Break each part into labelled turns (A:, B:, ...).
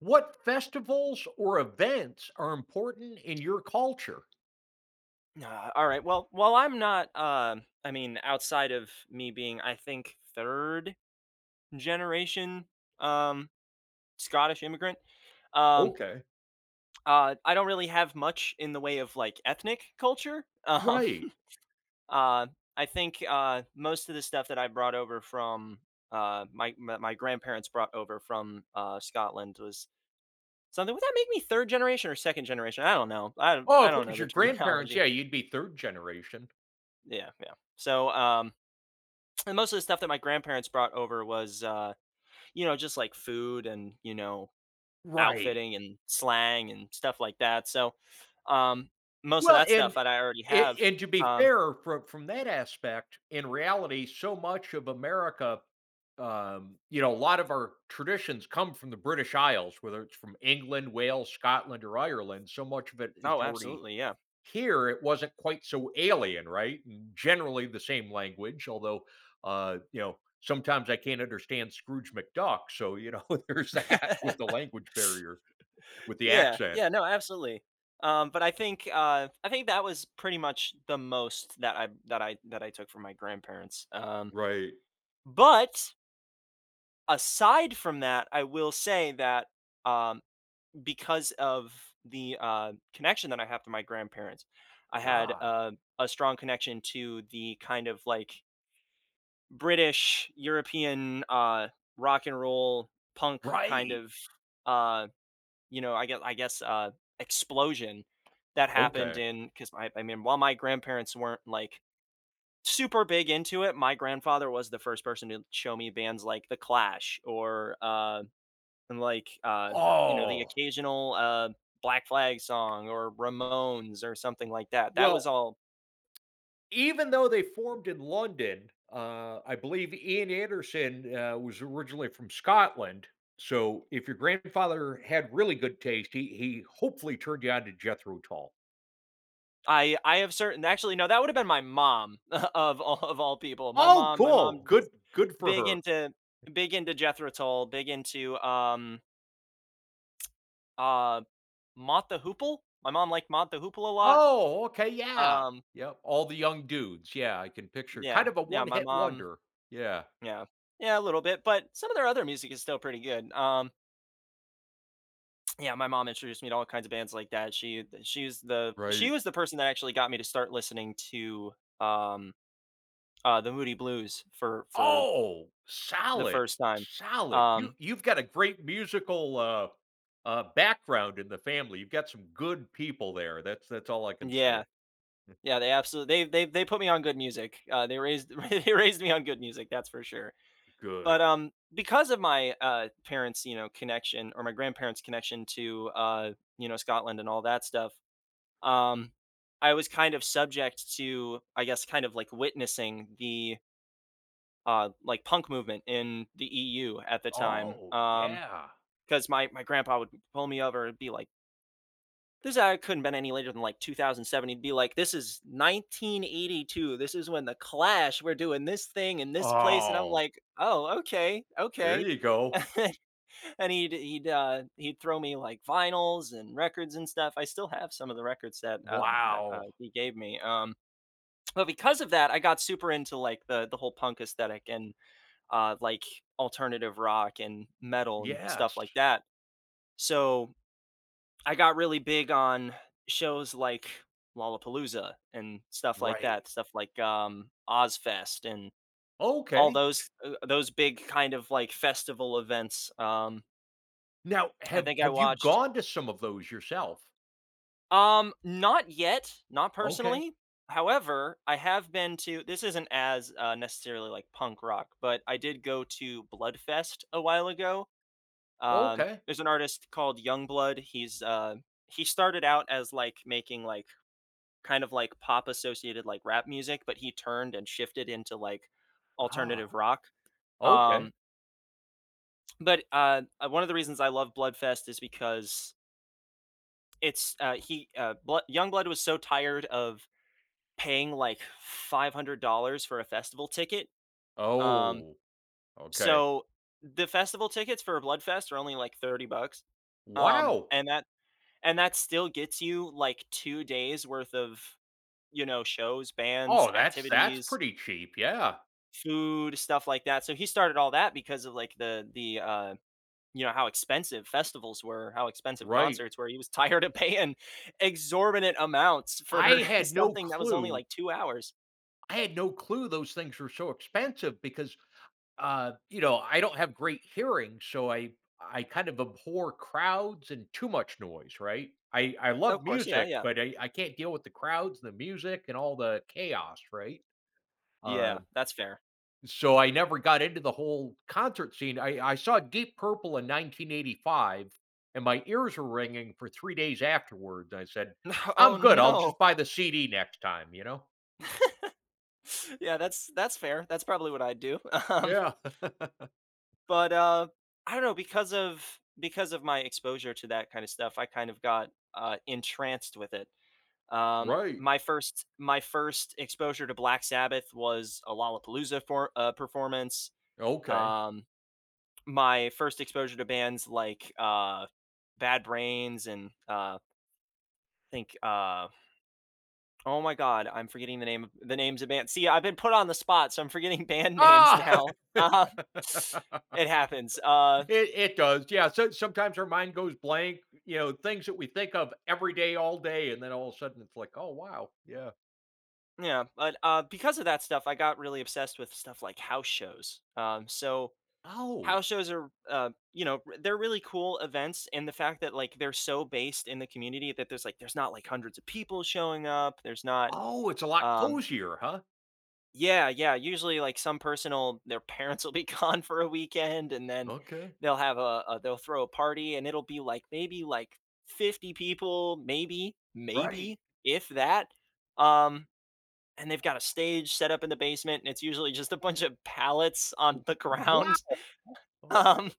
A: What festivals or events are important in your culture?
B: Ah, all right. Well, while I'm not, outside of me being, I think, third generation um, Scottish immigrant, um,
A: Okay.
B: I don't really have much in the way of like ethnic culture.
A: Right.
B: Uh, I think most of the stuff that I brought over from my my my grandparents brought over from Scotland was something. Would that make me third generation or second generation? I don't know. I
A: Oh,
B: I
A: if it
B: don't know
A: was
B: the
A: your grandparents,
B: terminology.
A: yeah, you'd be 3rd generation.
B: Yeah, yeah. So. And most of the stuff that my grandparents brought over was you know just like food and
A: Right.
B: outfitting and slang and stuff like that. So um most of
A: Well,
B: that stuff
A: and
B: that I already
A: a
B: have.
A: and to be
B: um
A: fair, from that aspect, in reality, so much of America, a lot of our traditions come from the British Isles, whether it's from England, Wales, Scotland, or Ireland, so much of it is
B: oh,
A: already
B: absolutely. Yeah,
A: here, it wasn't quite so alien, right? Generally the same language, although, sometimes I can't understand Scrooge McDuck. So, there's that with the language barrier, with the
B: yeah,
A: accent.
B: yeah. No, absolutely. But I think that was pretty much the most that I took from my grandparents.
A: Right.
B: But Aside from that, I will say that um because of the connection that I have to my grandparents, I had,
A: Ah,
B: a strong connection to the kind of, like, British, European, rock and roll, punk kind
A: right.
B: of, uh, you know, I guess, explosion that happened
A: Okay.
B: in. 'Cause I mean, while my grandparents weren't, like, super big into it, my grandfather was the first person to show me bands like The Clash, and like, you know, the
A: Oh,
B: occasional, Black Flag song or Ramones or something like that. That was
A: well,
B: all.
A: even though they formed in London, I believe Ian Anderson was originally from Scotland. So if your grandfather had really good taste, he hopefully turned you on to Jethro Tull.
B: I have certain. Actually, no, that would have been my mom of all people. My
A: Oh,
B: mom my
A: cool.
B: mom is
A: Good for
B: big
A: her.
B: into, big into Jethro Tull, big into, uh, Mott the Hoople. My mom liked Mott the Hoople a lot.
A: Oh, okay, yeah.
B: Um,
A: Yep, all the young dudes. Yeah, I can picture
B: yeah,
A: kind of a
B: yeah, my
A: one-hit
B: mom,
A: wonder. Yeah.
B: yeah, yeah, a little bit, but some of their other music is still pretty good. Yeah, my mom introduced me to all kinds of bands like that. She
A: Right.
B: she was the person that actually got me to start listening to um the Moody Blues for
A: Oh,
B: the
A: solid,
B: first time.
A: solid. You
B: Um
A: you've got a great musical, background in the family. You've got some good people there. That's all I can
B: yeah.
A: say.
B: Yeah, they absolutely, they they put me on good music. They raised they raised me on good music, that's for sure.
A: Good.
B: But because of my parents, you know, connection, or my grandparents' connection to you know, Scotland and all that stuff, um I was kind of subject to, I guess, kind of like witnessing the like punk movement in the EU at the time.
A: Oh, yeah.
B: Because my grandpa would pull me over and be like, "This I couldn't been any later than like 2007." He'd be like, "This is 1982. This is when the Clash were doing this thing in this place," and I'm
A: Oh,
B: like, "Oh, okay,
A: there
B: okay."
A: you go.
B: And he'd throw me like vinyls and records and stuff. I still have some of the records that
A: Wow.
B: he gave me. But because of that, I got super into like the whole punk aesthetic and like alternative rock and metal and stuff
A: Yes.
B: like that. So I got really big on shows like Lollapalooza and stuff like
A: Right.
B: that, stuff like Ozfest and all
A: Okay.
B: those big kind of like festival events.
A: Now,
B: I
A: have
B: think I
A: have you
B: watched.
A: gone to some of those yourself?
B: Not yet, not
A: Okay,
B: personally. However, I have been to. This isn't as necessarily like punk rock, but I did go to Bloodfest a while ago.
A: okay,
B: There's an artist called Youngblood. He's he started out as like making like kind of like pop associated like rap music, but he turned and shifted into like
A: ah,
B: alternative rock.
A: okay.
B: Um, but One of the reasons I love Bloodfest is because it's he Blood, Youngblood was so tired of paying like $500 for a festival ticket. Um,
A: Oh, okay.
B: so the festival tickets for Bloodfest are only like 30 bucks.
A: Wow!
B: And that still gets you like 2 days worth of, you know, shows, bands,
A: Oh, that's
B: activities,
A: pretty cheap, yeah,
B: food, stuff like that. So he started all that because of like you know, how expensive festivals were, how expensive
A: right.
B: concerts were. He was tired of paying exorbitant amounts for
A: I had no
B: something that was only
A: clue
B: like 2 hours.
A: I had no clue those things were so expensive because, I don't have great hearing, so I kind of abhor crowds and too much noise, right? I
B: Of
A: love
B: course, yeah,
A: music,
B: yeah.
A: but I can't deal with the crowds, the music, and all the chaos, right? Uh,
B: Yeah, that's fair.
A: so I never got into the whole concert scene. I saw Deep Purple in 1985, and my ears were ringing for 3 days afterwards. I said,
B: Oh,
A: I'm good. I'll
B: no.
A: just buy the CD next time, you know?
B: Yeah, that's fair. That's probably what I'd do. Um
A: Yeah,
B: But I don't know, because of my exposure to that kind of stuff, I kind of got, entranced with it. Um,
A: right.
B: my first my first exposure to Black Sabbath was a Lollapalooza for performance.
A: Okay.
B: Um, my first exposure to bands like, Bad Brains and, think, uh oh my god, I'm forgetting the name of the names of bands. See, I've been put on the spot, so I'm forgetting band names
A: Ah,
B: now. It happens.
A: it does. Yeah. So sometimes our mind goes blank, things that we think of every day, all day. And then all of a sudden it's like, oh, wow. Yeah.
B: Yeah, but, because of that stuff, I got really obsessed with stuff like house shows. So
A: Oh,
B: house shows are, you know, they're really cool events, and the fact that like they're so based in the community that there's like there's not like hundreds of people showing up. There's not,
A: oh, it's a lot
B: um,
A: cozier, huh?
B: yeah, yeah. Usually, like some person will their parents will be gone for a weekend, and then
A: Okay.
B: they'll have a they'll throw a party, and it'll be like maybe like 50 people, maybe,
A: Right.
B: maybe if that. Um, and they've got a stage set up in the basement and it's usually just a bunch of pallets on the
A: Wow.
B: ground.
A: Oh,
B: um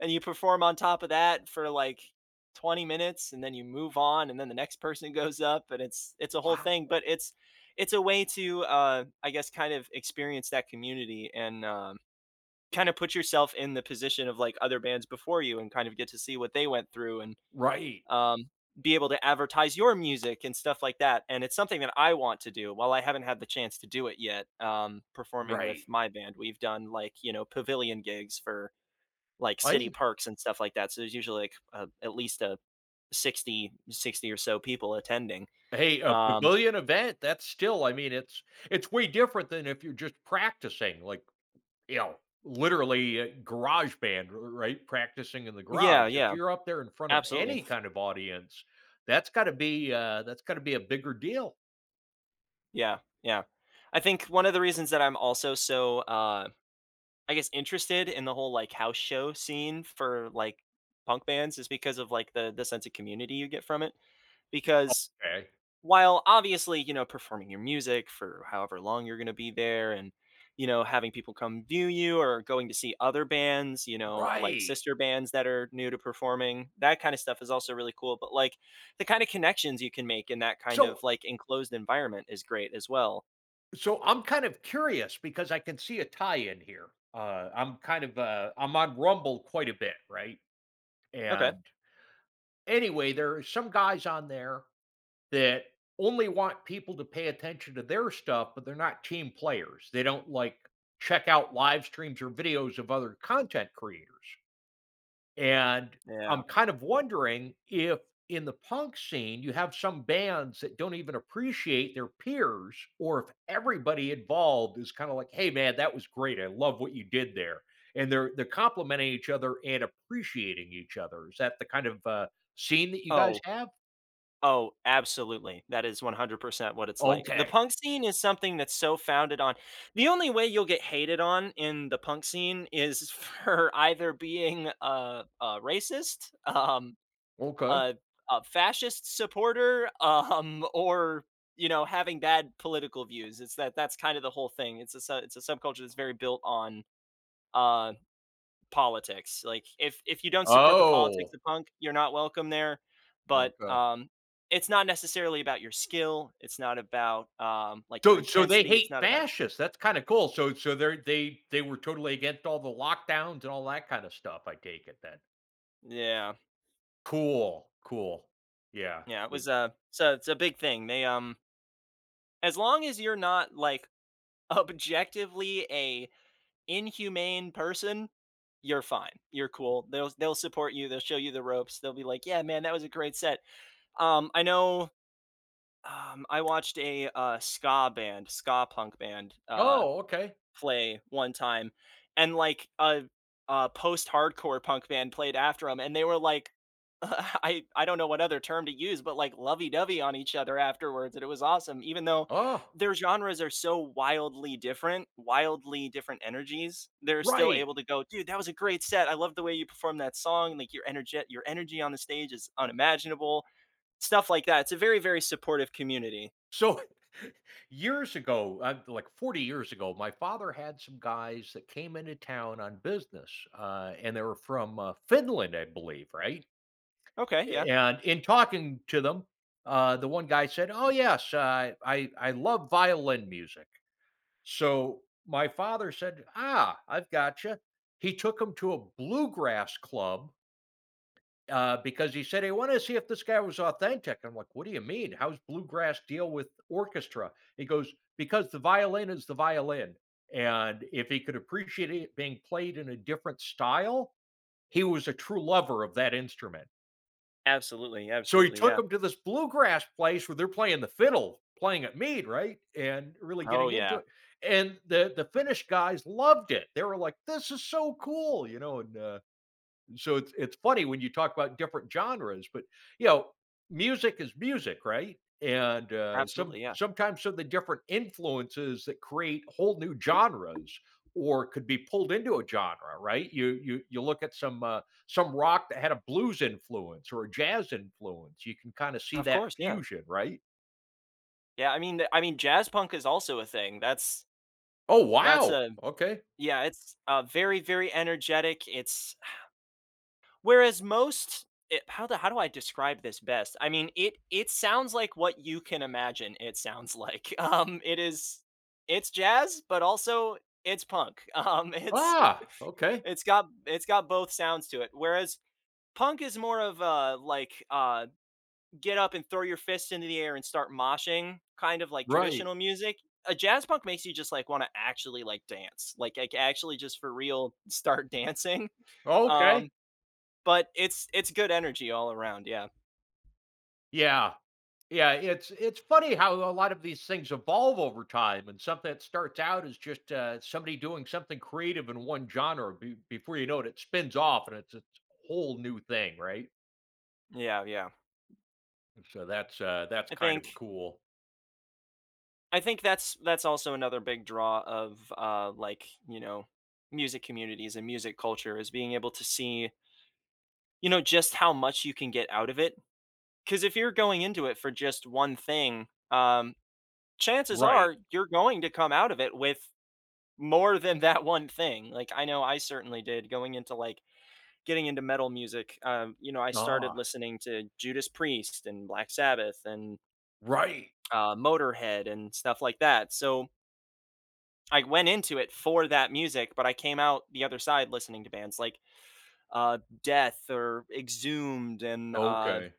B: and you perform on top of that for like 20 minutes and then you move on and then the next person goes up and it's a whole
A: wow.
B: thing, but it's a way to I guess kind of experience that community and kind of put yourself in the position of like other bands before you and kind of get to see what they went through. And
A: Right.
B: um, be able to advertise your music and stuff like that. And it's something that I want to do. While I haven't had the chance to do it yet, performing with
A: Right.
B: my band, we've done like you know pavilion gigs for like city
A: I
B: parks and stuff like that. So there's usually like at least a 60 or so people attending.
A: Hey, a
B: Um,
A: pavilion event, that's still I mean, it's way different than if you're just practicing, like, you know, literally, garage band, r right? Practicing in the garage.
B: yeah,
A: If
B: yeah,
A: you're up there in front of
B: absolutely.
A: any kind of audience, that's gotta be a bigger deal.
B: Yeah, yeah. I think one of the reasons that I'm also so I guess, interested in the whole, like, house show scene for, like, punk bands is because of, like, the sense of community you get from it. Because
A: Okay.
B: while obviously, you know, performing your music for however long you're gonna be there and, you know, having people come view you or going to see other bands, you know, like
A: Right.
B: sister bands that are new to performing, that kind of stuff is also really cool. But, like, the kind of connections you can make in that kind of,
A: So
B: like, enclosed environment is great as well.
A: so I'm kind of curious because I can see a tie in here. I'm on Rumble quite a bit, right?
B: Okay.
A: And anyway, there are some guys on there that only want people to pay attention to their stuff, but they're not team players. They don't like check out live streams or videos of other content creators. And
B: Yeah.
A: I'm kind of wondering if in the punk scene, you have some bands that don't even appreciate their peers, or if everybody involved is kind of like, hey, man, that was great. I love what you did there. And they're complimenting each other and appreciating each other. Is that the kind of scene that you guys
B: Oh,
A: have?
B: Oh, absolutely. That is 100% what it's like. The
A: Okay.
B: punk scene is something that's so founded on the only way you'll get hated on in the punk scene is for either being a racist,
A: Okay.
B: a, a fascist supporter, or you know having bad political views. It's that's kind of the whole thing. It's a subculture that's very built on uh politics. Like, if you don't support the politics
A: Oh,
B: of punk, you're not welcome there. But
A: okay.
B: it's not necessarily about your skill. It's not about, like, your
A: So they
B: intensity. It's
A: hate
B: not about.
A: fascists, that's kinda cool, so they were totally against all the lockdowns and all that kinda stuff, I take it then.
B: Yeah,
A: Cool, cool. Yeah,
B: yeah. It was
A: good.
B: a, so it's a big thing. They as long as you're not like objectively a inhumane person, you're fine. You're cool. They'll support you. They'll show you the ropes. They'll be like, "Yeah, man, that was a great set." Um I know I watched a, ska band, ska punk band,
A: Oh, okay.
B: play one time, and, like, a post-hardcore punk band played after them, and they were, like I don't know what other term to use, but, like, lovey-dovey on each other afterwards, and it was awesome, even though
A: Oh,
B: their genres are so wildly different energies, they're still
A: right.
B: able to go, "Dude, that was a great set, I love the way you performed that song, like, your energy on the stage is unimaginable," stuff like that. It's a very, very supportive community.
A: So, years ago, like 40 years ago, my father had some guys that came into town on business, and they were from, Finland, I believe, right?
B: Okay, yeah.
A: And in talking to them, the one guy said, "Oh yes, I love violin music." So my father said, "Ah, I've gotcha." He took him to a bluegrass club because he said he wanted to see if this guy was authentic. I'm like, "What do you mean? How's bluegrass deal with orchestra?" He goes, "Because the violin is the violin, and if he could appreciate it being played in a different style, he was a true lover of that instrument."
B: Absolutely,
A: So he
B: absolutely,
A: took
B: yeah.
A: them to this bluegrass place where they're playing the fiddle, playing at Mead, right? And really
B: Oh,
A: getting into
B: yeah.
A: it. And the Finnish guys loved it. They were like, "This is so cool," you know. And so it's funny when you talk about different genres, but you know, music is music, right? And uh, some
B: Absolutely, yeah.
A: sometimes some of the different influences that create whole new genres or could be pulled into a genre, right? You look at some rock that had a blues influence or a jazz influence. You can kind of see
B: Of
A: that
B: course, yeah.
A: fusion, right?
B: Yeah, I mean, jazz punk is also a thing.
A: Oh
B: That's
A: wow.
B: a
A: Okay.
B: yeah, it's, very, very energetic. It's, whereas most it, how the how do I describe this best? I mean, it sounds like what you can imagine it sounds like. It is, it's jazz, but also it's punk. Um, it's
A: Ah, okay.
B: it's got it's got both sounds to it, whereas punk is more of a, like, get up and throw your fists into the air and start moshing, kind of like
A: Right.
B: traditional music. A jazz punk makes you just like want to actually like dance, like, actually just for real start dancing.
A: Okay.
B: Um, but it's good energy all around. Yeah,
A: Yeah. Yeah, it's funny how a lot of these things evolve over time, and something that starts out as just somebody doing something creative in one genre. Before you know it, it spins off and it's a whole new thing, right?
B: yeah, yeah.
A: So that's
B: I
A: kind of
B: think
A: cool,
B: I think that's also another big draw of like you know music communities and music culture is being able to see, you know, just how much you can get out of it, because if you're going into it for just one thing, chances
A: right?
B: are you're going to come out of it with more than that one thing. Like, I know I certainly did going into like getting into metal music. You know, I started
A: Ah,
B: listening to Judas Priest and Black Sabbath and
A: right.
B: Motorhead and stuff like that. So I went into it for that music, but I came out the other side listening to bands like Death or Exhumed and
A: Okay,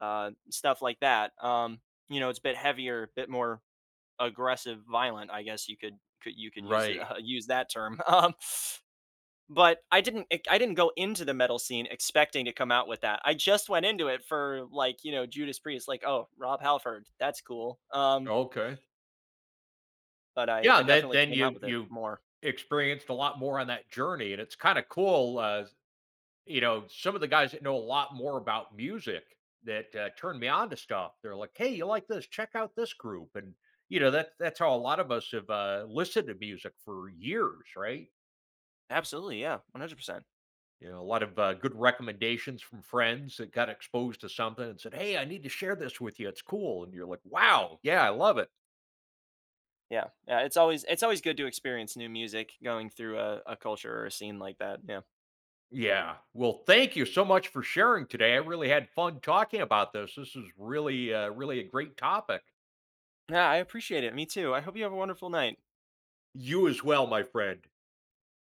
B: stuff like that. You know, it's a bit heavier, a bit more aggressive, violent. I guess you could use the,
A: right.
B: use that term. But I didn't go into the metal scene expecting to come out with that. I just went into it for like you know Judas Priest, like oh Rob Halford, that's cool.
A: Okay.
B: But I
A: Yeah,
B: I
A: and then
B: definitely
A: then
B: came out
A: you
B: with it
A: you
B: more.
A: experienced a lot more on that journey, and it's kind of cool. You know, some of the guys that know a lot more about music that turn me on to stuff. They're like, "Hey, you like this? Check out this group." And you know, that that's how a lot of us have listened to music for years, right?
B: Absolutely, yeah, 100%.
A: You know, a lot of good recommendations from friends that got exposed to something and said, "Hey, I need to share this with you. It's cool." And you're like, "Wow, yeah, I love it."
B: Yeah, yeah. It's always good to experience new music going through a culture or a scene like that. Yeah,
A: Yeah. Well, thank you so much for sharing today. I really had fun talking about this. This is really, really a great topic.
B: yeah. I appreciate it. Me too. I hope you have a wonderful night.
A: You as well, my friend.